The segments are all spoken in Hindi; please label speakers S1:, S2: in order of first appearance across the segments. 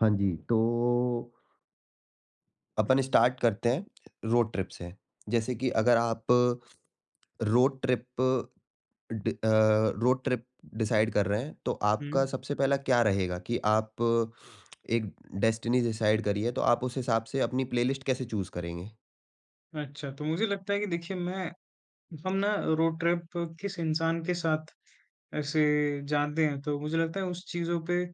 S1: हाँ जी, तो अपन स्टार्ट करते हैं रोड ट्रिप से। जैसे कि अगर आप रोड ट्रिप डि अ, रोड ट्रिप डिसाइड कर रहे हैं, तो आपका
S2: हुँ।
S1: सबसे पहला क्या रहेगा कि आप एक डेस्टिनी डिसाइड करी है, तो आप उस हिसाब से अपनी प्लेलिस्ट कैसे चूज़ करेंगे?
S2: अच्छा, तो मुझे लगता है कि देखिए मैं हम ना रोड ट्रिप किस इंसान के साथ ऐसे जाते हैं, तो मुझे लगता है उस चीज़ों पे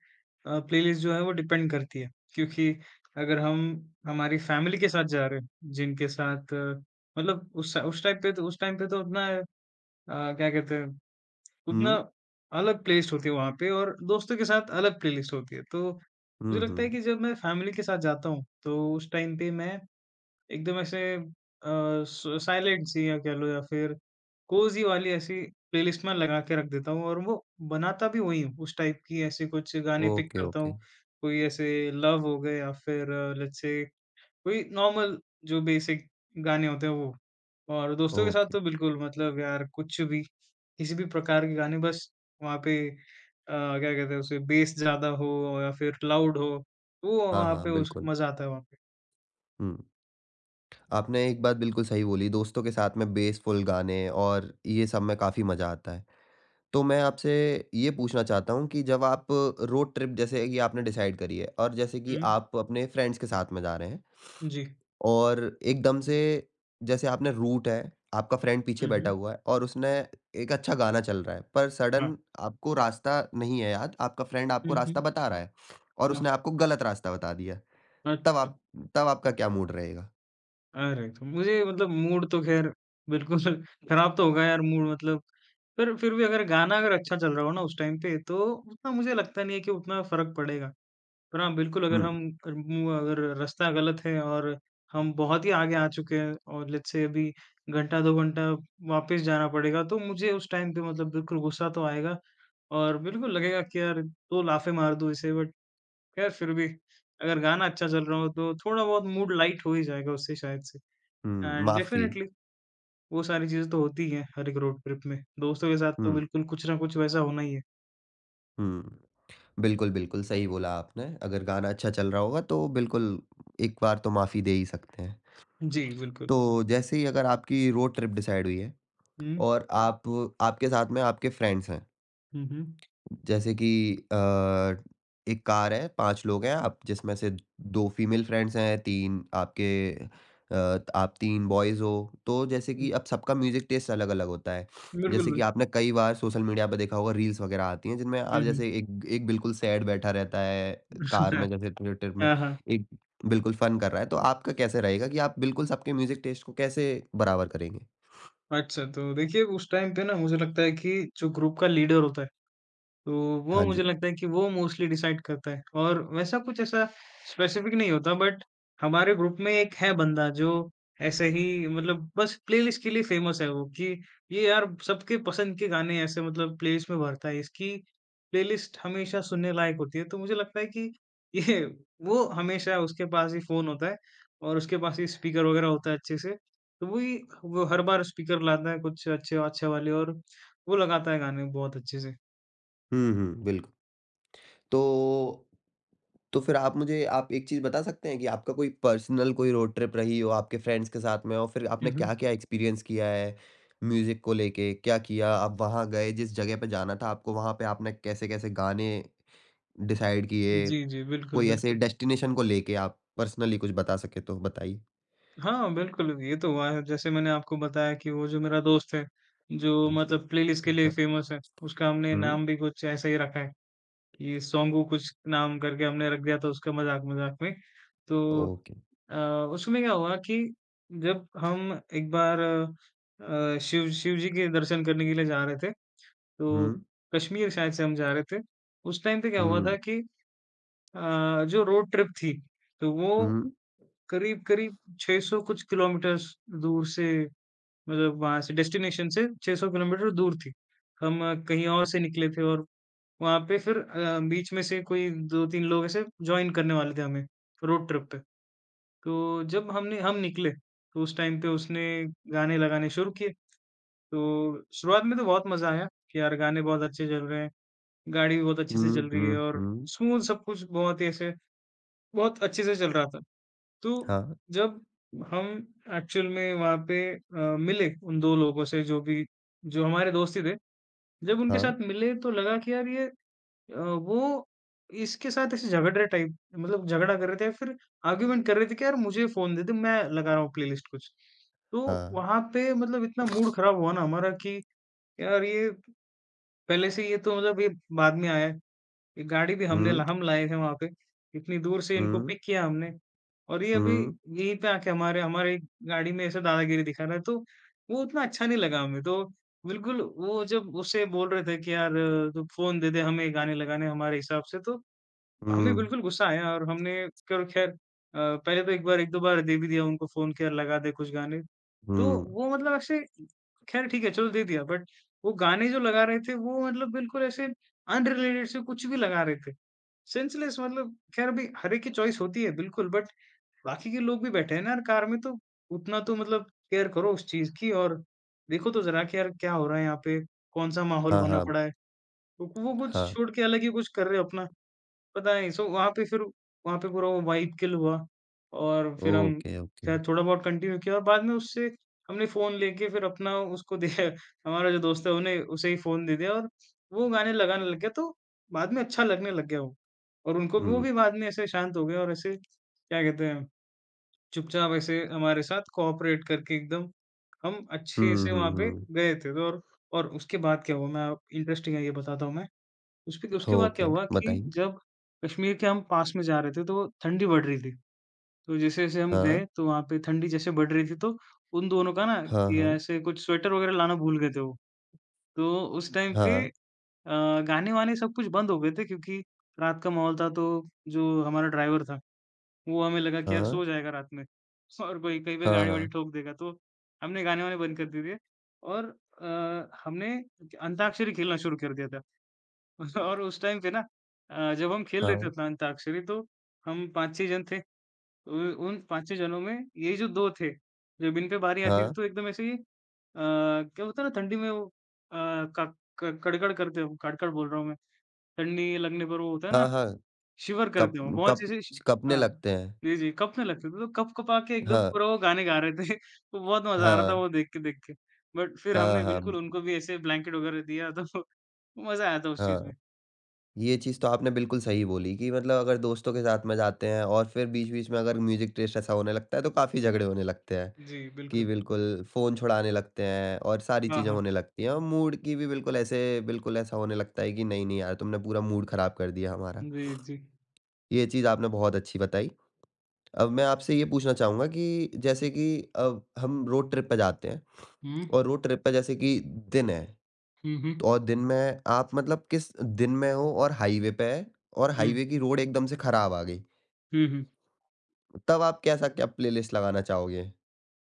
S2: प्लेलिस्ट जो है वो डिपेंड करती है। क्योंकि अगर हम हमारी फैमिली के साथ जा रहे हैं, जिनके साथ मतलब उस टाइम पे तो उतना क्या कहते हैं, उतना
S1: हुँ।
S2: अलग प्लेलिस्ट होती है वहाँ पे और दोस्तों के साथ अलग प्लेलिस्ट होती है। तो मुझे
S1: हुँ,
S2: लगता है
S1: हुँ।
S2: कि जब मैं फैमिली के साथ जाता हूँ, तो उस टाइम पे मैं एकदम ऐसे स साइलेंट सी या कह लो या फिर कोज़ी वाली ऐसी प्लेलिस्ट में लगा के रख देता हूँ और वो बनाता भी वही हूँ, उस टाइप की ऐसे कुछ गाने पिक
S1: ओके,
S2: करता
S1: ओके,
S2: हूँ। कोई ऐसे लव हो गए या फिर लेट्स से कोई नॉर्मल जो बेसिक गाने होते हैं वो। और दोस्तों के साथ
S1: ओके।
S2: तो बिल्कुल मतलब यार कुछ भी, किसी भी प्रकार के गाने बस वहाँ पे क्या कहते हैं उसे बेस ज़्यादा हो या फिर लाउड हो, तो वो
S1: हाँ,
S2: वहाँ
S1: हाँ,
S2: पे उस
S1: बिल्कुल।
S2: मज़ा आता है वहाँ पे।
S1: हुँ, आपने एक बात बिल्कुल सही बोली, दोस्तों के साथ में बेसफुल गाने और ये सब में काफ़ी मज़ा आता है। तो मैं आपसे ये पूछना चाहता हूँ कि जब आप रोड ट्रिप जैसे कि आपने डिसाइड करी है और जैसे कि
S2: हुँ,
S1: आप अपने फ्रेंड्स के साथ में जा रहे हैं
S2: जी।
S1: और एकदम से जैसे आपने रूट है, आपका फ्रेंड पीछे
S2: हुँ,
S1: बैठा
S2: हुँ।
S1: हुआ है और उसने एक अच्छा गाना चल रहा है, पर
S2: हाँ।
S1: सडन आपको रास्ता नहीं है याद, आपका फ्रेंड
S2: हुँ,
S1: आपको रास्ता
S2: हुँ।
S1: बता रहा है और
S2: हाँ,
S1: उसने आपको गलत रास्ता बता दिया। तब
S2: अच्छा।
S1: आप तब आपका क्या मूड रहेगा?
S2: अरे! तो मुझे मतलब मूड तो ख़ैर बिल्कुल ख़राब तो होगा यार मूड मतलब, पर फिर भी अगर गाना अगर अच्छा चल रहा हो ना उस टाइम पे, तो उतना मुझे लगता नहीं है कि उतना फ़र्क पड़ेगा। पर हाँ, बिल्कुल
S1: हुँ,
S2: अगर रास्ता गलत है और हम बहुत ही आगे आ चुके हैं और लेट्स से अभी घंटा 2 घंटा वापस जाना पड़ेगा, तो मुझे उस टाइम पे मतलब बिल्कुल गुस्सा तो आएगा और बिल्कुल लगेगा कि यार 2 लाफ़ें मार दूँ इसे, बट खैर फिर भी अगर गाना अच्छा चल रहा हो तो थोड़ा बहुत मूड लाइट हो ही जाएगा उससे शायद से।
S1: हुँ,
S2: एंड
S1: माफ़ी।
S2: डेफ़िनेटली वो सारी चीज़ें तो होती हैं हर एक रोड ट्रिप में। दोस्तों के साथ तो
S1: हुँ,
S2: बिल्कुल कुछ ना कुछ वैसा होना ही है।
S1: हुँ। बिल्कुल, बिल्कुल, सही बोला आपने। अगर गाना अच्छा चल रहा होगा तो बिल्कुल एक बार तो माफ़ी दे ही सकते हैं।
S2: जी, बिल्कुल।
S1: तो जैसे ही अगर आपकी रोड ट्रिप डिसाइड हुई है
S2: हुँ,
S1: और आप आपके साथ में आपके फ्रेंड्स हैं।
S2: हुँ, हुँ।
S1: जैसे कि अ, एक कार है, 5 लोग हैं आप जिसमें से 2 फीमेल फ्रेंड्स हैं, 3 आपके अ, आप 3 बॉयज़ हो, तो जैसे
S2: हुँ,
S1: कि अब सबका म्यूज़िक टेस्ट अलग-अलग होता है।
S2: बिल्कुल,
S1: जैसे कि
S2: बिल्कुल।
S1: आपने कई बार सोशल मीडिया पे देखा होगा रील्स वगैरह आती हैं जिनमें आप
S2: हुँ, हुँ।
S1: जैसे एक एक बिल्कुल सैड बैठा रहता है कार में जैसे ट्रिप ट्रिप में,
S2: हाँ, हाँ।
S1: एक बिल्कुल फन कर रहा है, तो आपका कैसे रहेगा कि आप बिल्कुल सबके म्यूज़िक टेस्ट को कैसे बराबर करेंगे?
S2: अच्छा, तो देखिए उस टाइम पे ना मुझे लगता है कि जो ग्रुप का लीडर होता है, तो वो
S1: हाँ जी।
S2: मुझे लगता है कि वो मोस्टली डिसाइड करता है और वैसा कुछ ऐसा स्पेसिफिक नहीं होता, बट हमारे ग्रुप में एक है बंदा जो ऐसे ही मतलब बस प्लेलिस्ट के लिए फेमस है, वो कि ये यार सबके पसंद के गाने ऐसे मतलब प्लेलिस्ट में भरता है। इसकी प्लेलिस्ट हमेशा सुनने लायक होती है, तो मुझे लगता है कि ये वो हमेशा उसके पास ही फोन होता है और उसके पास ही स्पीकर वगैरह होता है अच्छे से। तो वही वो हर बार स्पीकर लाता है कुछ अच्छे अच्छे वाले और वो लगाता है गाने बहुत अच्छे से।
S1: हुँ, हुँ, बिल्कुल। तो तो फिर आप मुझे आप एक चीज़ बता सकते हैं कि आपका कोई पर्सनल कोई रोड ट्रिप रही हो आपके फ्रेंड्स के साथ में और फिर आपने
S2: हम्म।
S1: क्या-क्या एक्सपीरियंस किया है म्यूज़िक को लेके? क्या किया? आप वहाँ गए जिस जगह पे जाना था आपको वहाँ पे आपने कैसे-कैसे गाने डिसाइड किए?
S2: जी, जी। बिल्कुल,
S1: कोई ऐसे
S2: बिल्कुल।
S1: डेस्टिनेशन को लेके आप पर्सनली कुछ बता सकें तो बताइए?
S2: हाँ, बिल्कुल, ये तो हुआ है। जैसे मैंने आपको बताया कि वो जो मेरा दोस्त है, जो
S1: हाँ जी।
S2: मतलब प्लेलिस्ट के लिए
S1: हाँ।
S2: फ़ेमस है, उसका हमने
S1: हुँ,
S2: नाम भी कुछ ऐसा ही रखा है कि सोंगू कुछ नाम करके हमने रख दिया था उसका, मज़ाक-मज़ाक में। तो
S1: ओके।
S2: अ, उसमें क्या हुआ कि जब हम एक बार शिव शिव जी के दर्शन करने के लिए जा रहे थे,
S1: हुँ,
S2: तो कश्मीर शायद से हम जा रहे थे। उस टाइम पे क्या हुआ था
S1: हुँ,
S2: कि जो रोड ट्रिप थी, तो वो
S1: हुँ,
S2: करीब-करीब 600 कुछ किलोमीटर्स दूर से, मतलब वहाँ से डेस्टिनेशन से 600 किलोमीटर दूर थी। हम कहीं और से निकले थे और वहाँ पे फिर बीच में से कोई 2-3 लोग ऐसे जॉइन करने वाले थे हमें, रोड ट्रिप पे। तो जब हमने हम निकले, तो उस टाइम पे उसने गाने लगाने शुरू किए। तो शुरुआत में तो बहुत मज़ा आया कि यार गाने बहुत अच्छे चल रहे हैं, गाड़ी भी बहुत अच्छे
S1: हुँ,
S2: से चल रही
S1: हुँ,
S2: है और
S1: हुँ।
S2: स्मूथ सब कुछ बहुत ही ऐसे बहुत अच्छे से चल रहा था। तो
S1: हाँ,
S2: जब हम एक्चुअल में वहाँ पे मिले उन 2 लोगों से जो हमारे दोस्त ही थे, जब उनके
S1: हाँ,
S2: साथ मिले तो लगा कि यार ये वो इसके साथ ऐसे झगड़ रहे टाइप, मतलब झगड़ा कर रहे थे या फिर आर्ग्यूमेंट कर रहे थे कि यार मुझे फ़ोन दे दे, मैं लगा रहा हूँ प्लेलिस्ट कुछ। तो
S1: हाँ।
S2: वहाँ पे मतलब इतना मूड खराब हुआ ना हमारा कि यार ये पहले से, ये तो मतलब ये बाद में आया है। ये गाड़ी भी हमने ल
S1: हुँ,
S2: हम लाए थे वहाँ पे। इतनी दूर से इनको
S1: हुँ,
S2: पिक किया हमने और ये अभी
S1: हुँ।
S2: यहीं पे आके हमारे हमारे गाड़ी में ऐसे दादागिरी दिखा रहा है, तो वो उतना अच्छा नहीं लगा हमें। तो बिल्कुल वो जब उससे बोल रहे थे कि यार तू फ़ोन दे दे हमें गाने लगाने हमारे हिसाब से, तो हमें
S1: हुँ,
S2: बिल्कुल गुस्सा आया और हमने कर ख़ैर पहले तो एक बार 1-2 बार दे भी दिया उनको फ़ोन कि यार लगा दे कुछ गाने। तो
S1: हुँ।
S2: वो मतलब ऐसे, ख़ैर ठीक है चलो दे दिया, बट वो गाने जो लगा रहे थे वो मतलब बिल्कुल ऐसे अनरिलेटेड से कुछ भी लगा रहे थे। सेंसलेस, मतलब ख़ैर अभी हर एक की चॉइस होती है बिल्कुल, बट बाकी के लोग भी बैठे हैं ना यार कार में, तो उतना तो मतलब केयर करो उस चीज़ की और देखो तो ज़रा कि यार क्या हो रहा है यहाँ पे? कौन-सा माहौल
S1: हाँ,
S2: बना
S1: हाँ,
S2: पड़ा है? वो कुछ
S1: हाँ।
S2: छोड़ के अलग ही कुछ कर रहे हो अपना। पता नहीं, सो वहाँ पे फिर वहाँ पे पूरा वो वाइब किल हुआ और फिर हम
S1: ओके, ओके।
S2: शायद थोड़ा बहुत कंटिन्यू किया और बाद में उससे हमने फ़ोन लेके फिर अपना उसको दिया। हमारा जो दोस्त है उन्हें, उसे ही फ़ोन दे दिया और वो गाने लगाने लग गया, तो बाद में अच्छा लगने लग गया वो। और उनको भी, वो
S1: हुँ,
S2: भी बाद में ऐसे शांत हो गए और ऐसे क्या कहते हैं, चुपचाप ऐसे हमारे साथ कोऑपरेट करके एकदम हम अच्छे
S1: हुँ,
S2: से
S1: हुँ,
S2: वहाँ पे
S1: हुँ।
S2: गए थे। तो और उसके बाद क्या हुआ, मैं आप इंटरेस्टिंग है ये बताता हूँ मैं। उसपे उसके बाद क्या
S1: ओके,
S2: हुआ कि
S1: बताइए।
S2: जब कश्मीर के हम पास में जा रहे थे, तो ठंडी बढ़ रही थी। तो जैसे-जैसे हम
S1: हाँ,
S2: गए, तो वहाँ पे ठंडी जैसे बढ़ रही थी, तो उन दोनों का ना,
S1: हाँ,
S2: ये
S1: हाँ,
S2: ऐसे कुछ स्वेटर वगैरह लाना भूल गए थे वो। तो उस टाइम पे
S1: हाँ,
S2: गाने-वाने सब कुछ बंद हो गए थे क्योंकि रात का माहौल था, तो जो हमारा ड्राइवर था, वो हमें लगा कि यार
S1: हाँ,
S2: सो जाएगा रात में और कोई कहीं पे
S1: हाँ,
S2: गाड़ी-वाड़ी
S1: हाँ,
S2: ठोक देगा, तो हमने गाने-वाने बंद कर दिए थे और हमने अंताक्षरी खेलना शुरू कर दिया था। और उस टाइम पे ना जब हम खेल रहे थे
S1: हाँ,
S2: उतना अंताक्षरी, तो हम 5-6 जन थे। उ उन 5-6 जनों में ये जो 2 थे, जब इन पे बारी आती थी
S1: हाँ,
S2: तो एकदम ऐसे ही क्या होता है ना ठंडी में वो, क क कड़कड़ करते हो, काड़-काड़ बोल रहा हूँ मैं। ठंडी लगने पर वो होता है ना,
S1: हाँ, हाँ।
S2: शिवर करते
S1: कँप
S2: हो। बहुत
S1: कँप
S2: चीज़ें श
S1: कँपने
S2: हाँ।
S1: लगते हैं।
S2: जी, जी, कँपने लगते थे तो कँप-कँपा के एकदम
S1: हाँ,
S2: पूरा वो गाने गा रहे थे। तो बहुत मज़ा आ रहा था
S1: हाँ,
S2: वो देख के देख के। बट फिर
S1: हाँ,
S2: हमने बिल्कुल
S1: हाँ,
S2: उनको भी ऐसे ब्लैंकेट वगैरह दिया, तो मज़ा आया था उस चीज़ में।
S1: हाँ। ये चीज़ तो आपने बिल्कुल सही बोली कि मतलब अगर दोस्तों के साथ में जाते हैं और फिर बीच-बीच में अगर म्यूज़िक टेस्ट ऐसा होने लगता है, तो काफ़ी झगड़े होने लगते हैं।
S2: जी,
S1: कि
S2: बिल्कुल।
S1: बिल्कुल फ़ोन छुड़ाने लगते हैं और सारी
S2: हाँ,
S1: चीज़ें
S2: हाँ।
S1: होने लगती हैं और मूड की भी बिल्कुल ऐसे बिल्कुल ऐसा होने लगता है कि नहीं, नहीं यार तुमने पूरा मूड ख़राब कर दिया हमारा।
S2: जी, जी।
S1: ये चीज़ आपने बहुत अच्छी बताई। अब मैं आपसे ये पूछना चाहूँगा कि जैसे कि अब हम रोड ट्रिप पे जाते हैं
S2: हुँ,
S1: और रोड ट्रिप पे जैसे कि दिन है
S2: हुँ, हुँ।
S1: तो और दिन में आप मतलब किस दिन में हो और हाईवे पे है और
S2: हुँ,
S1: हाईवे की रोड एकदम से ख़राब आ गई,
S2: हुँ, हुँ।
S1: तब आप कैसा क्या प्लेलिस्ट लगाना चाहोगे?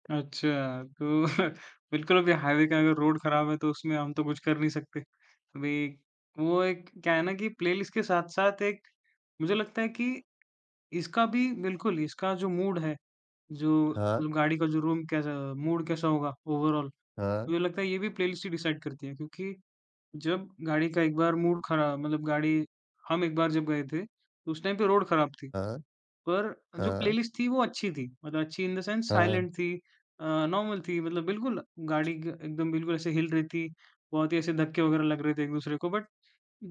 S2: अच्छा, तो बिल्कुल अभी हाईवे का अगर रोड खराब है तो उसमें हम तो कुछ कर नहीं सकते। अभी वो एक क्या है ना कि प्लेलिस्ट के साथ-साथ एक, मुझे लगता है कि इसका भी बिल्कुल, इसका जो मूड है, जो
S1: हाँ,
S2: मतलब गाड़ी का जो रूम कैसा, मूड कैसा होगा ओवरऑल,
S1: हाँ,
S2: मुझे लगता है ये भी प्लेलिस्ट ही डिसाइड करती है। क्योंकि जब गाड़ी का एक बार मूड खरा, मतलब गाड़ी, हम एक बार जब गए थे, तो उस टाइम पे रोड खराब थी।
S1: हाँ,
S2: पर जो
S1: हाँ,
S2: प्लेलिस्ट थी वो अच्छी थी, मतलब अच्छी इन द सेंस
S1: हाँ,
S2: साइलेंट थी, नॉर्मल थी, मतलब बिल्कुल गाड़ी ग एकदम बिल्कुल ऐसे हिल रही थी, बहुत ही ऐसे धक्के वगैरह लग रहे थे एक-दूसरे को, बट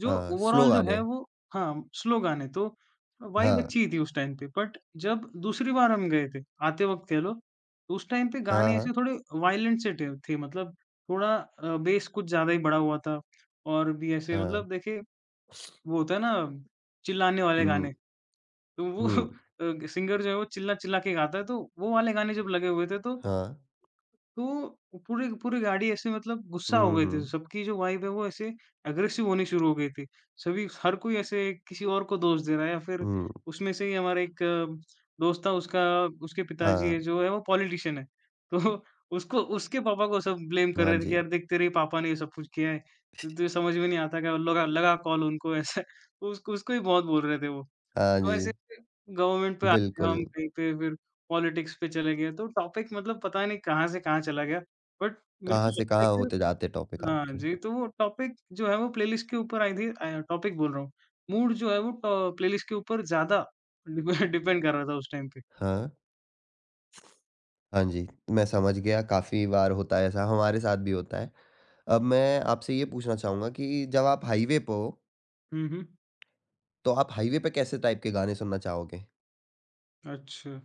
S2: जो
S1: हाँ, स्लो
S2: ओवरऑल जो है
S1: गाने।
S2: वो, हाँ, स्लो गाने, तो वाइब
S1: हाँ।
S2: अच्छी ही थी उस टाइम पे, बट जब दूसरी बार हम गए थे, आते वक़्त कह लो, तो उस टाइम पे
S1: हाँ,
S2: गाने
S1: हाँ,
S2: ऐसे थोड़े वायलेंट से थे मतलब, थोड़ा बेस कुछ ज़्यादा ही बढ़ा हुआ था और भी ऐसे,
S1: हाँ।
S2: मतलब देखिए, वो होता है ना चिल्लाने वाले
S1: हुँ,
S2: गाने, तो वो
S1: हुँ,
S2: सिंगर जो है वो चिल्ला-चिल्ला के गाता है, तो वो वाले गाने जब लगे हुए थे तो
S1: हाँ।
S2: तो पूरी पूरी गाड़ी ऐसे मतलब गुस्सा हो
S1: हुँ,
S2: गई थी,
S1: हुँ,
S2: सबकी जो वाइब है वो ऐसे एग्रेसिव होनी शुरू हो गई थी। सभी, हर कोई ऐसे किसी और को दोष दे रहा है या फिर
S1: हुँ,
S2: उसमें से ही हमारा एक दोस्त था, उसका उसके पिताजी
S1: हाँ,
S2: है, जो है वो पॉलिटिशियन है, तो उसको, उसके पापा को सब ब्लेम कर
S1: हाँ
S2: रहे थे कि
S1: जी,
S2: यार देख तेरे ही पापा ने ये सब कुछ किया है। तो समझ में नहीं आता क्या लगा लगा कॉल उनको ऐसे उसको उसको ही बहुत बोल रहे थे वो।
S1: हाँ
S2: तो ऐसे
S1: जी,
S2: गवर्नमेंट पे आ गए
S1: बिल्कुल।
S2: हम कहीं पे फिर पॉलिटिक्स पे चले गए तो टॉपिक मतलब पता नहीं कहाँ से कहाँ चला गया। बट
S1: कहाँ
S2: बिल्कुल
S1: से
S2: लगता है
S1: कहाँ होते
S2: कि
S1: जाते टॉपिक
S2: हाँ
S1: आपके।
S2: जी, तो वो टॉपिक जो है वो प्लेलिस्ट के ऊपर आई थी टॉपिक बोल रहा हूँ। मूड जो है वो ट प्लेलिस्ट के ऊपर ज़्यादा डिपे डिपेंड कर रहा था उस टाइम पे।
S1: हाँ, हाँ जी, मैं समझ गया काफ़ी बार होता है ऐसा, हमारे साथ भी होता है। अब मैं आपसे ये पूछना चाहूँगा कि जब आप हाईवे पे हो,
S2: हुँ, हुँ।
S1: तो आप हाईवे पे कैसे टाइप के गाने सुनना चाहोगे?
S2: अच्छा।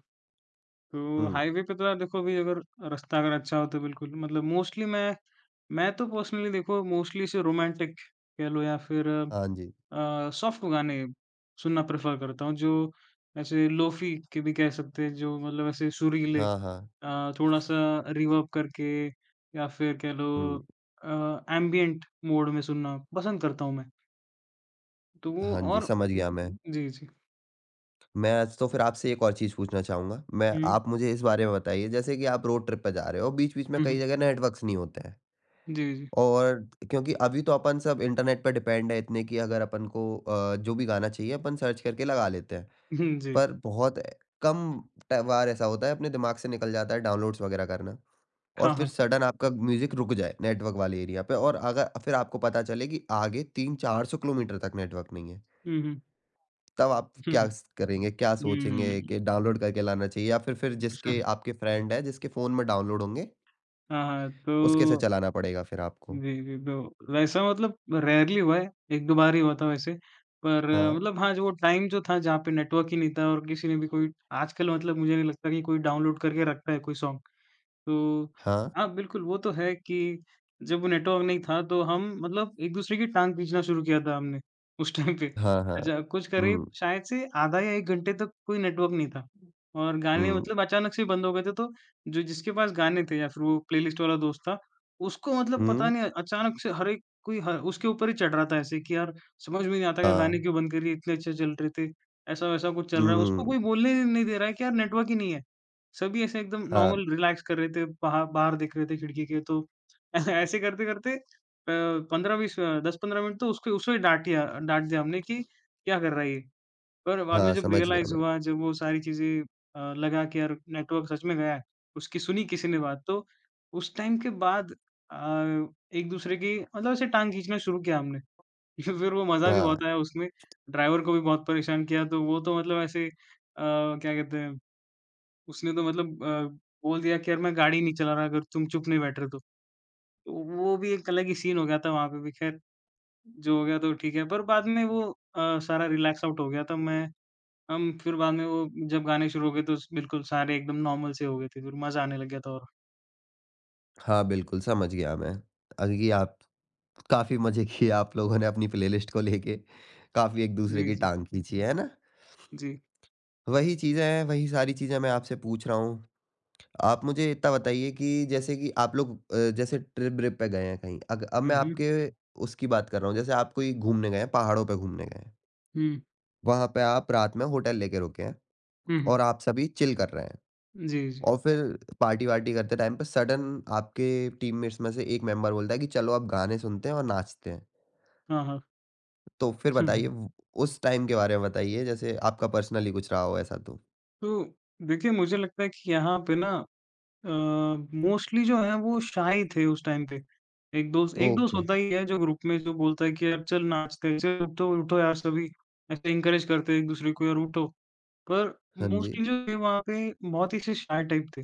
S2: तो
S1: हुँ,
S2: हाईवे पे तो देखो अभी अगर रास्ता अगर अच्छा हो तो बिल्कुल मतलब मोस्टली मैं तो पर्सनली देखो मोस्टली से रोमांटिक कह लो या फिर
S1: हाँ जी,
S2: सॉफ्ट गाने सुनना प्रेफर करता हूँ जो ऐसे लोफी के भी कह सकते हैं जो मतलब ऐसे सुरीले
S1: हाँ, हाँ।
S2: थोड़ा सा रिवर्ब करके या फिर कह लो
S1: हुँ,
S2: एम्बियंट मोड में सुनना पसंद करता हूँ मैं तो वो
S1: हाँ जी,
S2: और
S1: समझ गया मैं।
S2: जी जी।
S1: मैं आज तो फिर आपसे एक और चीज़ पूछना चाहूँगा। मैं
S2: हम्म
S1: आप मुझे इस बारे में बताइए जैसे कि आप रोड ट्रिप पे जा रहे हो, बीच-बीच में कई
S2: हम्म।
S1: जगह नेटवर्क्स नहीं होते हैं
S2: जी जी।
S1: और क्योंकि अभी तो अपन सब इंटरनेट पे डिपेंड है इतने कि अगर अपन को जो भी गाना चाहिए अपन सर्च करके लगा लेते हैं।
S2: जी।
S1: पर बहुत कम ट बार ऐसा होता है अपने दिमाग से निकल जाता है डाउनलोड्स वगैरह करना और
S2: हाँ हाँ।
S1: फिर सडन आपका म्यूज़िक रुक जाए नेटवर्क वाले एरिया पे और अगर फिर आपको पता चले कि आगे 3-400 किलोमीटर तक नेटवर्क नहीं है।
S2: हम्म।
S1: तब आप क्या
S2: हम्म,
S1: स करेंगे? क्या सोचेंगे
S2: हम्म।
S1: कि डाउनलोड करके लाना चाहिए या फिर जिसके
S2: हाँ,
S1: आपके फ्रेंड है, जिसके फ़ोन में डाउनलोड होंगे,
S2: हाँ,
S1: उसके से
S2: तो
S1: चलाना पड़ेगा फिर आपको?
S2: जी, जी, तो वैसा मतलब रेयरली हुआ है, 1-2 बार ही हुआ था वैसे। पर
S1: हाँ,
S2: मतलब हाँ, जो वो टाइम जो था जहाँ पे नेटवर्क ही नहीं था और किसी ने भी कोई आजकल मतलब मुझे नहीं लगता कि कोई डाउनलोड करके रखता है कोई सॉन्ग। तो
S1: हाँ,
S2: हाँ, बिल्कुल वो तो है कि जब वो नेटवर्क नहीं था तो हम मतलब एक-दूसरे की टाँग खींचना शुरू किया था हमने उस टाइम पे।
S1: हाँ, हाँ।
S2: अच्छा कुछ करीब
S1: हुँ,
S2: शायद से आधा या 1 घंटे तक कोई नेटवर्क नहीं था और गाने
S1: हुँ,
S2: मतलब अचानक से ही बंद हो गए थे तो जो जिसके पास गाने थे या फिर वो प्लेलिस्ट वाला दोस्त था, उसको मतलब पता
S1: हुँ,
S2: नहीं अचानक से हर एक कोई ह उसके ऊपर ही चढ़ रहा था ऐसे कि यार समझ में नहीं आता कि गाने
S1: हाँ,
S2: क्यों बंद कर दिए, इतने अच्छे चल रहे थे। ऐसा-वैसा कुछ चल रहा है,
S1: हुँ,
S2: उसको कोई बोलने नहीं दे रहा है कि यार नेटवर्क ही नहीं है। सभी ऐसे एकदम
S1: हाँ,
S2: नॉर्मल रिलैक्स कर रहे थे, बाहर बाहर देख रहे थे खिड़की के तो ऐसे करते-करते 15-20 10-15 मिनट तो उसको उसे डाँट दिया हमने कि क्या कर रहा है ये? पर बाद में
S1: हाँ,
S2: जब
S1: समझ गया
S2: रियलाइज़
S1: मैं।
S2: हुआ, जब वो सारी चीज़ें लगा कि यार नेटवर्क सच में गया है, उसकी सुनी किसी ने बात तो उस टाइम के बाद एक-दूसरे की मतलब ऐसे टाँग खींचना शुरू किया हमने। फिर वो मज़ा भी
S1: हाँ,
S2: बहुत आया उसमें, ड्राइवर को भी बहुत परेशान किया तो वो तो मतलब ऐसे क्या कहते हैं उसने तो मतलब बोल दिया कि यार मैं गाड़ी नहीं चला रहा अगर तुम चुप नहीं बैठ रहे तो। तो वो भी एक अलग ही सीन हो गया था वहाँ पे भी खैर, जो हो गया तो ठीक है, पर बाद में वो सारा रिलैक्स आउट हो गया था मैं हम फिर बाद में वो जब गाने शुरू हो गए तो बिल्कुल सारे एकदम नॉर्मल से हो गए थे, फिर मज़ा आने लग गया था और
S1: हाँ, बिल्कुल समझ गया मैं। ये आप काफ़ी मज़े किए आप लोगों ने अपनी प्लेलिस्ट को लेके, काफ़ी एक-दूसरे
S2: जी,
S1: की
S2: जी,
S1: टाँग खींची है ना?
S2: जी।
S1: वही चीज़ें हैं, वही सारी चीज़ें मैं आपसे पूछ रहा हूँ। आप मुझे इतना बताइए कि जैसे कि आप लोग जैसे ट्रिप-व्रिप पे गए हैं कहीं, अग अब
S2: हुँ,
S1: मैं
S2: हुँ।
S1: आपके उसकी बात कर रहा हूँ, जैसे आप कोई घूमने गए हैं, पहाड़ों पे घूमने गए हैं।
S2: हुँ,
S1: वहाँ पे आप रात में होटल लेके रुके हैं
S2: हुँ, हुँ।
S1: और आप सभी चिल कर रहे हैं
S2: जी, जी।
S1: और फिर पार्टी-वार्टी करते टाइम पे सडन आपके टीममेट्स में से एक मेंबर बोलता है कि चलो अब गाने सुनते हैं और नाचते हैं।
S2: हाँ, हाँ।
S1: तो फिर
S2: हुँ,
S1: बताइए
S2: हुँ।
S1: व उस टाइम के बारे में बताइए, जैसे आपका पर्सनली कुछ रहा हो ऐसा तो?
S2: तो देखिए मुझे लगता है कि यहाँ पे ना अ, मोस्टली जो है वो शाय थे उस टाइम पे। एक दोस्त
S1: ओके।
S2: होता ही है जो ग्रुप में जो बोलता है कि यार चल नाचते हैं, चल उठो उठो यार सभी ऐसे एनकरेज करते हैं एक-दूसरे को यार उठो। पर
S1: हाँ जी।
S2: मोस्टली जो थे वहाँ पे बहुत ही से शाय टाइप थे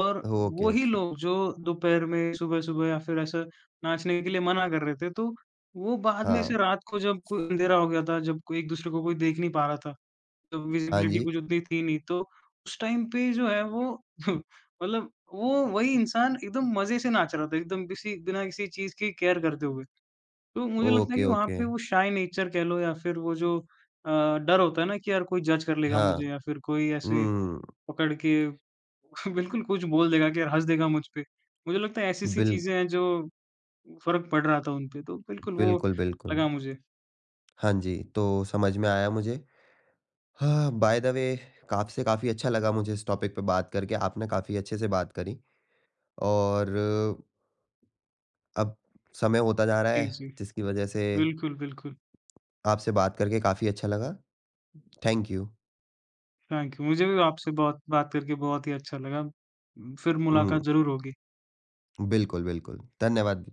S2: और
S1: ओके,
S2: वो ही
S1: ओके।
S2: लोग जो दोपहर में, सुबह-सुबह या फिर ऐसा नाचने के लिए मना कर रहे थे, तो वो बाद में
S1: हाँ।
S2: ऐसे रात को जब कोई अंधेरा हो गया था, जब कोई एक-दूसरे को कोई देख नहीं पा रहा था, तो
S1: हाँ
S2: विज़िबिलिटी
S1: जी।
S2: कुछ उतनी थी नहीं, तो उस टाइम पे जो है वो मतलब वो वही इंसान एकदम मज़े से नाच रहा था, एकदम किसी बिना किसी चीज़ की केयर करते हुए। तो मुझे लगता है
S1: ओके,
S2: कि वहाँ
S1: ओके।
S2: पे वो शाय नेचर कह लो या फिर वो जो डर होता है ना कि यार कोई जज कर लेगा
S1: हाँ।
S2: मुझे या फिर कोई ऐसे
S1: हुँ,
S2: पकड़ के बिल्कुल कुछ बोल देगा कि यार हँस देगा मुझ पे। मुझे लगता है ऐसी-सी
S1: बिल
S2: चीज़ें हैं जो फ़र्क पड़ रहा था उन पे, तो बिल्कुल वो
S1: बिल्कुल, बिल्कुल।
S2: लगा मुझे।
S1: हाँ जी, तो समझ में आया मुझे। हाँ, बाय द वे आपसे काफ़ी अच्छा लगा मुझे इस टॉपिक पे बात करके, आपने काफ़ी अच्छे से बात करी और अब समय होता जा रहा
S2: जी,
S1: है,
S2: जी।
S1: जिसकी वजह से
S2: बिल्कुल, बिल्कुल।
S1: आपसे बात करके काफ़ी अच्छा लगा। Thank you.
S2: Thank you. मुझे भी आपसे बहुत बात करके बहुत ही अच्छा लगा। फिर
S1: हुँ,
S2: मुलाकात ज़रूर होगी।
S1: बिल्कुल, बिल्कुल। धन्यवाद।